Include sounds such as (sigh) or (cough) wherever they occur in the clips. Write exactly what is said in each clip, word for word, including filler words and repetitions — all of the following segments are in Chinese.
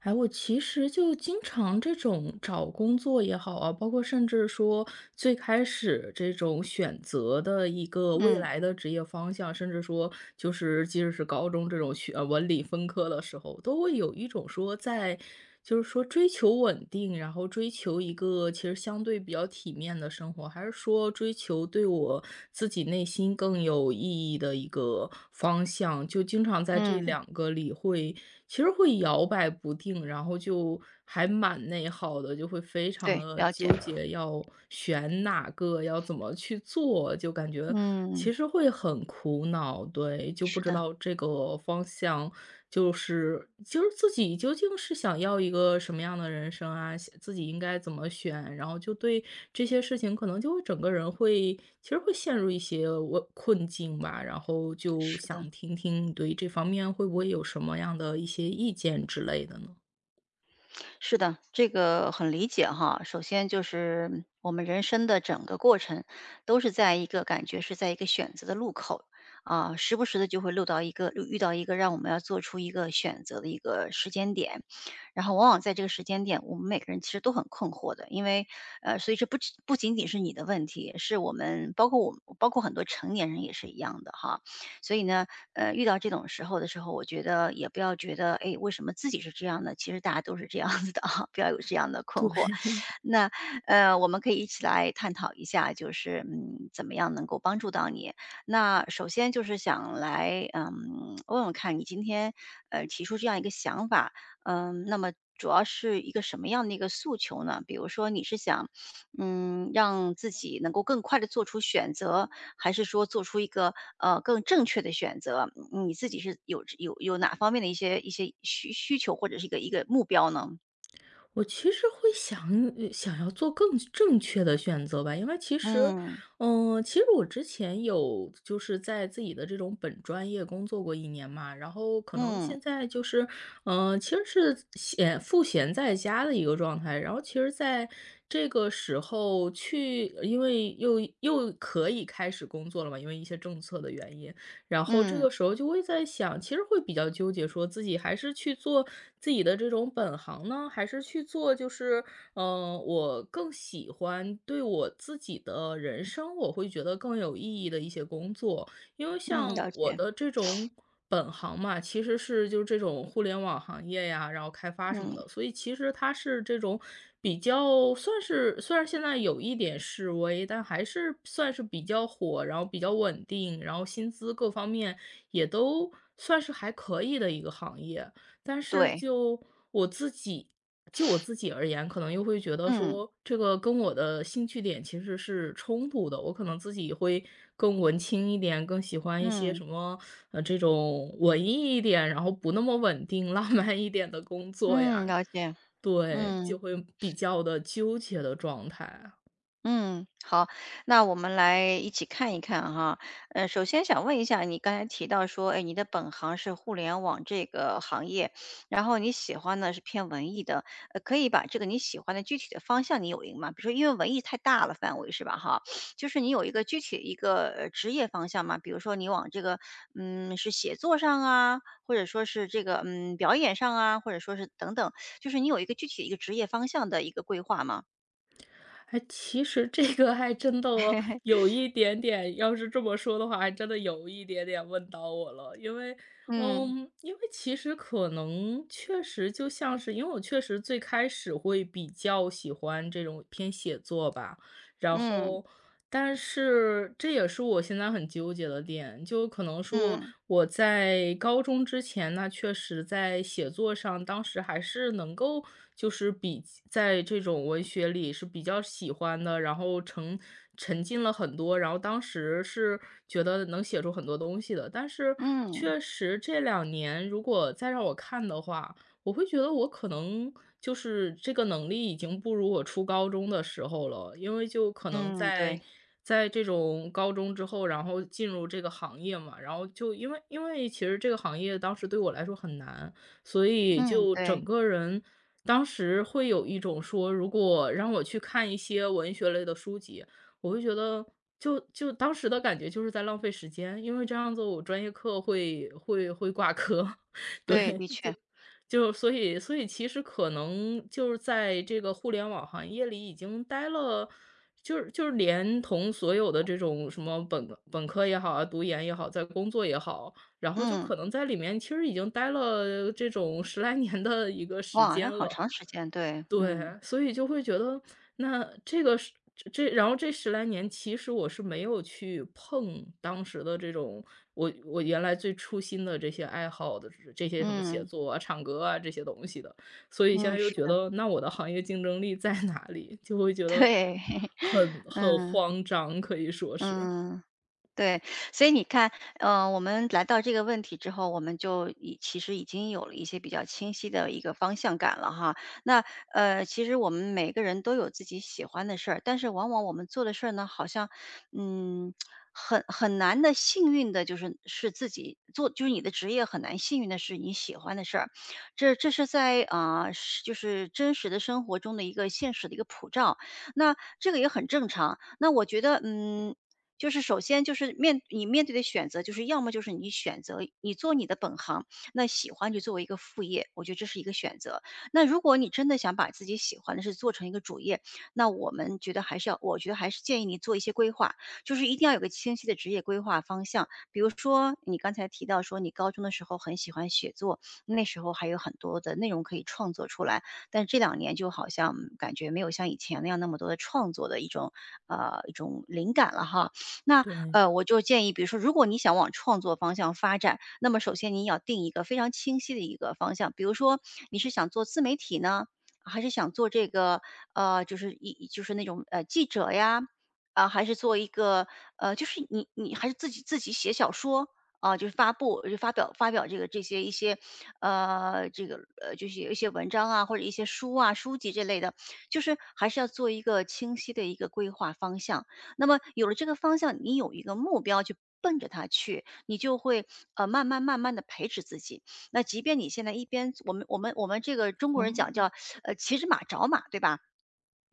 哎，我其实就经常这种找工作也好啊，包括甚至说最开始这种选择的一个未嗯来的职业方向，甚至说就是即使是高中这种学呃文理分科的时候，都会有一种说在就是说追求稳定，然后追求一个其实相对比较体面的生活，还是说追求对我自己内心更有意义的一个方向？就经常在这嗯，两个里会，其实会摇摆不定，然后就还蛮内耗的，就会非常对，的了解。纠结，要选哪个，要怎么去做，就感觉。其嗯，实会很苦恼，对，就不是知的，道这个方向，就是就是自己究竟是想要一个什么样的人生啊，想自己应该怎么选，然后就对这些事情可能就会整个人会其实会陷入一些我困境吧，然后就是的，想听听你对这方面会不会有什么样的一些意见之类的呢？是的，这个很理解哈。首先就是我们人生的整个过程都是在一个感觉是在一个选择的路口啊，时不时的就会录到一个遇到一个让我们要做出一个选择的一个时间点，然后往往在这个时间点，我们每个人其实都很困惑的，因为呃，所以这不只不仅仅是你的问题，是我们包括我们包括很多成年人也是一样的哈。所以呢，呃，遇到这种时候的时候，我觉得也不要觉得，哎，为什么自己是这样的？其实大家都是这样子的啊，不要有这样的困惑。对。那呃，我们可以一起来探讨一下，就是嗯，怎么样能够帮助到你？那首先就是想来，嗯，问问看你今天呃提出这样一个想法，嗯，那么主要是一个什么样的一个诉求呢？比如说你是想，嗯，让自己能够更快的做出选择，还是说做出一个，呃，更正确的选择？嗯你自己是有有有哪方面的一些一些需需求或者是一个一个目标呢？我其实会想呃想要做更正确的选择吧，因为其实，嗯，嗯，其实我之前有就是在自己的这种本专业工作过一年嘛，然后可能嗯，现在就是，嗯，其实是闲赋闲在家的一个状态。然后其实在这个时候去因为又又可以开始工作了嘛，因为一些政策的原因，然后这嗯，个时候就会在想，其实会比较纠结，说自己还是去做自己的这种本行呢，还是去做就是，嗯、呃我更喜欢对我自己的人生，我会觉得更有意义的一些工作。因为嗯，像了我解，的这种本行嘛，其实是就是这种互联网行业呀，然后开发什么嗯，的，所以其实它是这种比较算是虽然现在有一点示威，但还是算是比较火，然后比较稳定，然后薪资各方面也都算是还可以的一个行业。但是对，就我自己就我自己而言，可能又会觉得嗯，说，这个跟我的兴趣点其实是冲突的。我可能自己会更文青一点，更喜欢一些嗯，什么，呃，这种文艺一点，然后不那么稳定、浪漫一点的工作嗯，呀。了解，对，嗯。就会比较的纠结的状态啊。嗯，好，那我们来一起看一看哈。呃，首先想问一下，你刚才提到说，哎，你的本行是互联网这个行业，然后你喜欢的是偏文艺的，呃，可以把这个你喜欢的具体的方向你有一个吗？比如说，因为文艺太大了范围是吧？哈，就是你有一个具体一个呃职业方向吗？比如说你往这个，嗯，是写作上啊，或者说是这个，嗯，表演上啊，或者说是等等，就是你有一个具体的一个职业方向的一个规划吗？哎，其实这个还真的 (laughs) 有一点点，要是这么说的话，还真的有一点点问到我了。因为，嗯。嗯，因为其实可能确实就像是，因为我确实最开始会比较喜欢这种偏写作吧，然嗯，后，但是这也是我现在很纠结的点，就可能说嗯，我在高中之前那确实在写作上，当时还是能够就是比在这种文学里是比较喜欢的，然后沉沉浸了很多，然后当时是觉得能写出很多东西的。但是嗯，确实这两年如果再让我看的话，我会觉得我可能就是这个能力已经不如我初高中的时候了，因为就可能嗯，在对，在这种高中之后，然后进入这个行业嘛，然后就因为因为其实这个行业当时对我来说很难，所以嗯，就对，整个人当时会有一种说，如果让我去看一些文学类的书籍，我会觉得就就当时的感觉就是在浪费时间，因为这样子我专业课会会会挂科，(laughs) 对，对，的就确，就所以所以其实可能就是在这个互联网行业里已经待了，就是就是连同所有的这种什么本本科也好啊，读研也好，在工作也好，然后就嗯，可能在里面其实已经待了这种十来年的一个时哇，那间好了。长时间，对，嗯，对，所以就会觉得，那这个是这这然后这十来年，其实我是没有去碰当时的这种我我原来最初心的这些爱好的这些什么写嗯，作啊、唱歌啊这些东西的。所以现嗯，在又是觉的，得，那我的行业竞争力在 (laughs) 哪里？就会觉 (laughs) 得对，很 (laughs) 很嗯，慌张，可以说是。嗯。对，所以你看，呃，我们来到这个问题之后，我们就已其实已经有了一些比较清晰的一个方向感了哈。那呃，其实我们每个人都有自己喜欢的事儿，但是往往我们做的事儿呢，好像嗯，很很难的幸运的，就是是自己做，就是你的职业很难幸运的是你喜欢的事儿。这这是在啊、呃是就是真实的生活中的一个现实的一个普照。那这个也很正常。那我觉得，嗯，就是首先就是面你面对的选择，就是要么就是你选择你做你的本行，那喜欢就作为一个副业，我觉得这是一个选择。那如果你真的想把自己喜欢的事做成一个主业，那我们觉得还是要，我觉得还是建议你做一些规划，就是一定要有个清晰的职业规划方向。比如说你刚才提到说你高中的时候很喜欢写作，那时候还有很多的内容可以创作出来，但这两年就好像感觉没有像以前那样那么多的创作的一种呃一种灵感了哈。那对，呃，我就建议，比如说，如果你想往创作方向发展，那么首先你要定一个非常清晰的一个方向，比如说你是想做自媒体呢，还是想做这个呃，就是一就是那种呃记者呀，啊、还是做一个呃，就是你你还是自己自己写小说。啊，就是发布，就发表发表这个这些一些，呃，这个呃，就是有一些文章啊，或者一些书啊、书籍这类的，就是还是要做一个清晰的一个规划方向。那么有了这个方向，你有一个目标去奔着它去，你就会呃慢慢慢慢的培植自己。那即便你现在一边我们我们我们这个中国人讲哦。叫呃骑着马找马，对吧？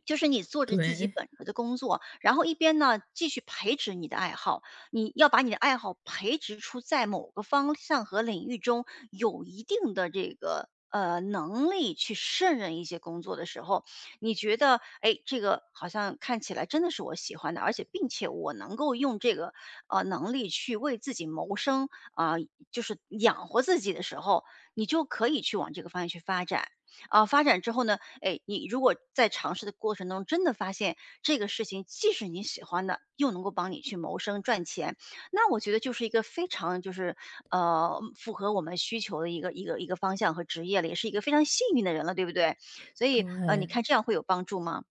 就是你做着自己对，本职的工作，然后一边呢继续培植你的爱好，你要把你的爱好培植出在某个方向和领域中有一定的这个呃能力去胜任一些工作的时候，你觉得哎，这个好像看起来真的是我喜欢的，而且并且我能够用这个呃能力去为自己谋生啊、就是养活自己的时候，你就可以去往这个方向去发展。啊、发展之后呢，哎，你如果在尝试的过程中，真的发现这个事情既是你喜欢的，又能够帮你去谋生赚钱，那我觉得就是一个非常就是呃符合我们需求的一个一个一个方向和职业了，也是一个非常幸运的人了，对不对？所以呃，你对。看这样会有帮助吗？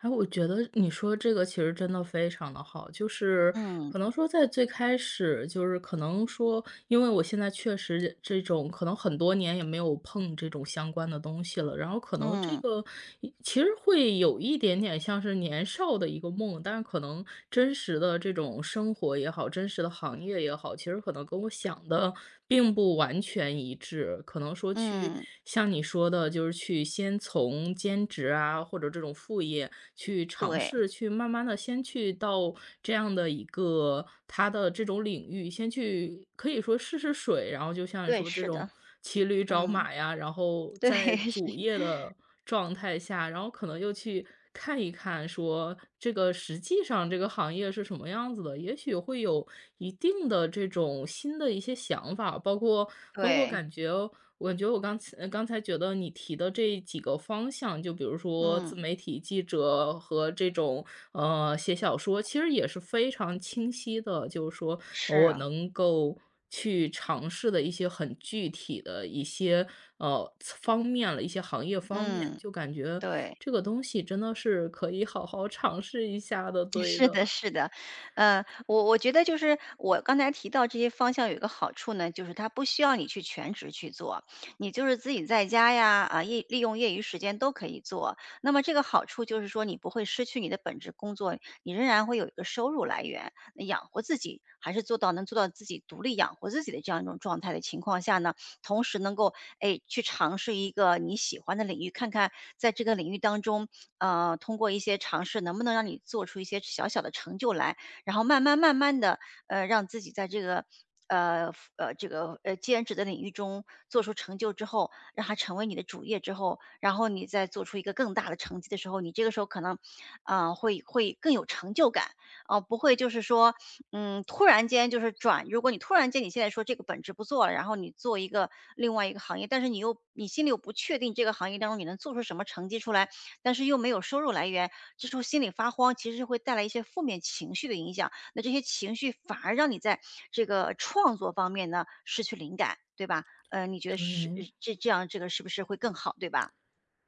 哎，我觉得你说这个其实真的非常的好，就是嗯可能说在最开始，就是可能说，因为我现在确实这种可能很多年也没有碰这种相关的东西了，然后可能这嗯个一其实会有一点点像是年少的一个梦，但是可能真实的这种生活也好，真实的行业也好，其实可能跟我想的并不完全一致，可能说去嗯，像你。像你说的，就是去先从兼职啊，或者这种副业去尝对试，去慢慢的先去到这样的一个他的这种领域，先去可以说试试水，然后就像你对，说这是种的，骑驴找嗯，马呀，然后对 在 (laughs) 是，主业的状态下，然后可能又去看一看说这个实际上这个行业是什么样子的，也许会有一定的这种新的一些想法，包括包括对，感觉。我觉得我刚才呃刚才觉得你提的这几个方向，就比如说嗯自媒体记者和这种呃写小说，其实也是非常清晰的，就是说是我啊，能够去尝试的一些很具体的一些呃方面了，一些行业方面，嗯就感觉对。这个东西真的是可以好好尝试一下的，对是的，的，是的，呃，我我觉得就是我刚才提到这些方向有一个好处呢，就是它不需要你去全职去做，你就是自己在家呀，啊，业利用业余时间都可以做。那么这个好处就是说，你不会失去你的本职工作，你仍然会有一个收入来源，那养活自己，还是做到能做到自己独立养活自己的这样一种状态的情况下呢，同时能够，哎，去尝试一个你喜欢的领域，看看在这个领域当中，呃，通过一些尝试能不能让你做出一些小小的成就来，然后慢慢慢慢的，呃，让自己在这个，呃，呃，这个，呃，兼职的领域中做出成就之后，让它成为你的主业之后，然后你再做出一个更大的成绩的时候，你这个时候可能，啊，呃会会更有成就感。哦，不会就是说，嗯，突然间就是转如果你突然间你现在说这个本职不做了，然后你做一个另外一个行业，但是你又你心里又不确定这个行业当中你能做出什么成绩出来，但是又没有收入来源，这时候心里发慌，其实是会带来一些负面情绪的影响。那这些情绪反而让你在这个创作方面呢，失去灵感，对吧？呃，你觉得是对。这这样这个是不是会更好，对吧？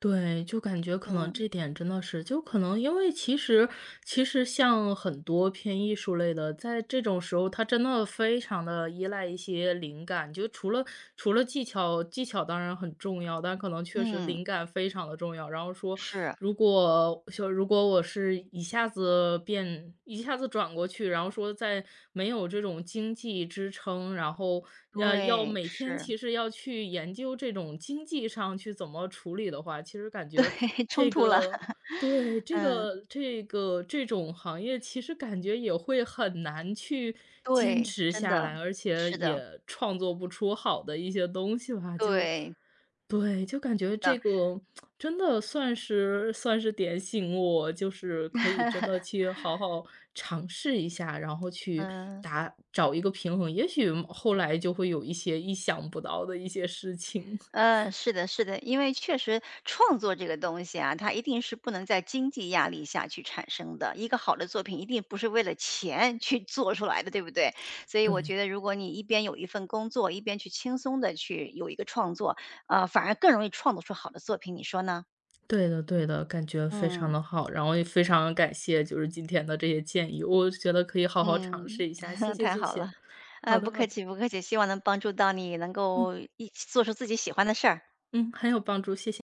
对，就感觉可能嗯，这点真的是，就可能因为其实其实像很多偏艺术类的，在这种时候，他真的非常的依赖一些灵感。就除了除了技巧技巧当然很重要，但可能确实嗯，灵感非常的重要，然后说，是，如果就如果我是一下子变一下子转过去，然后说在没有这种经济支撑，然后要要对，每天是，其实要去研究这种经济上去怎么处理的话，其实感觉 (laughs) 冲这突了，个对，这嗯。个这个这种行业其实感觉也会很难去坚对，持真下的，来，而且是的，也创作不出好的一些东西吧，就对，对，就感觉这个真的算是算是点醒我，就是可以真的去好好尝试一下，然后去嗯，打找一个平衡，也许后来就会有一些意想不到的一些事情。嗯，是的，是的，因为确实创作这个东西啊，它一定是不能在经济压力下去产生的。一个好的作品一定不是为了钱去做出来的，对不对？所 (laughs) 以对，我觉得，如果你一边有一份工作，一边去轻松的去有一个创作，呃，反而更容易创作出好的作品，你说呢？对的对的，感觉非常嗯，的好，然后也非常感谢就是今天的这些建议，我觉得可以好好尝嗯，试一下，谢 (laughs) 谢太谢好了，谢。啊，好不的好客的，气，不客气，希望能帮助到你，能嗯，够一起做出自己喜欢的事儿。嗯，很有帮助，谢谢。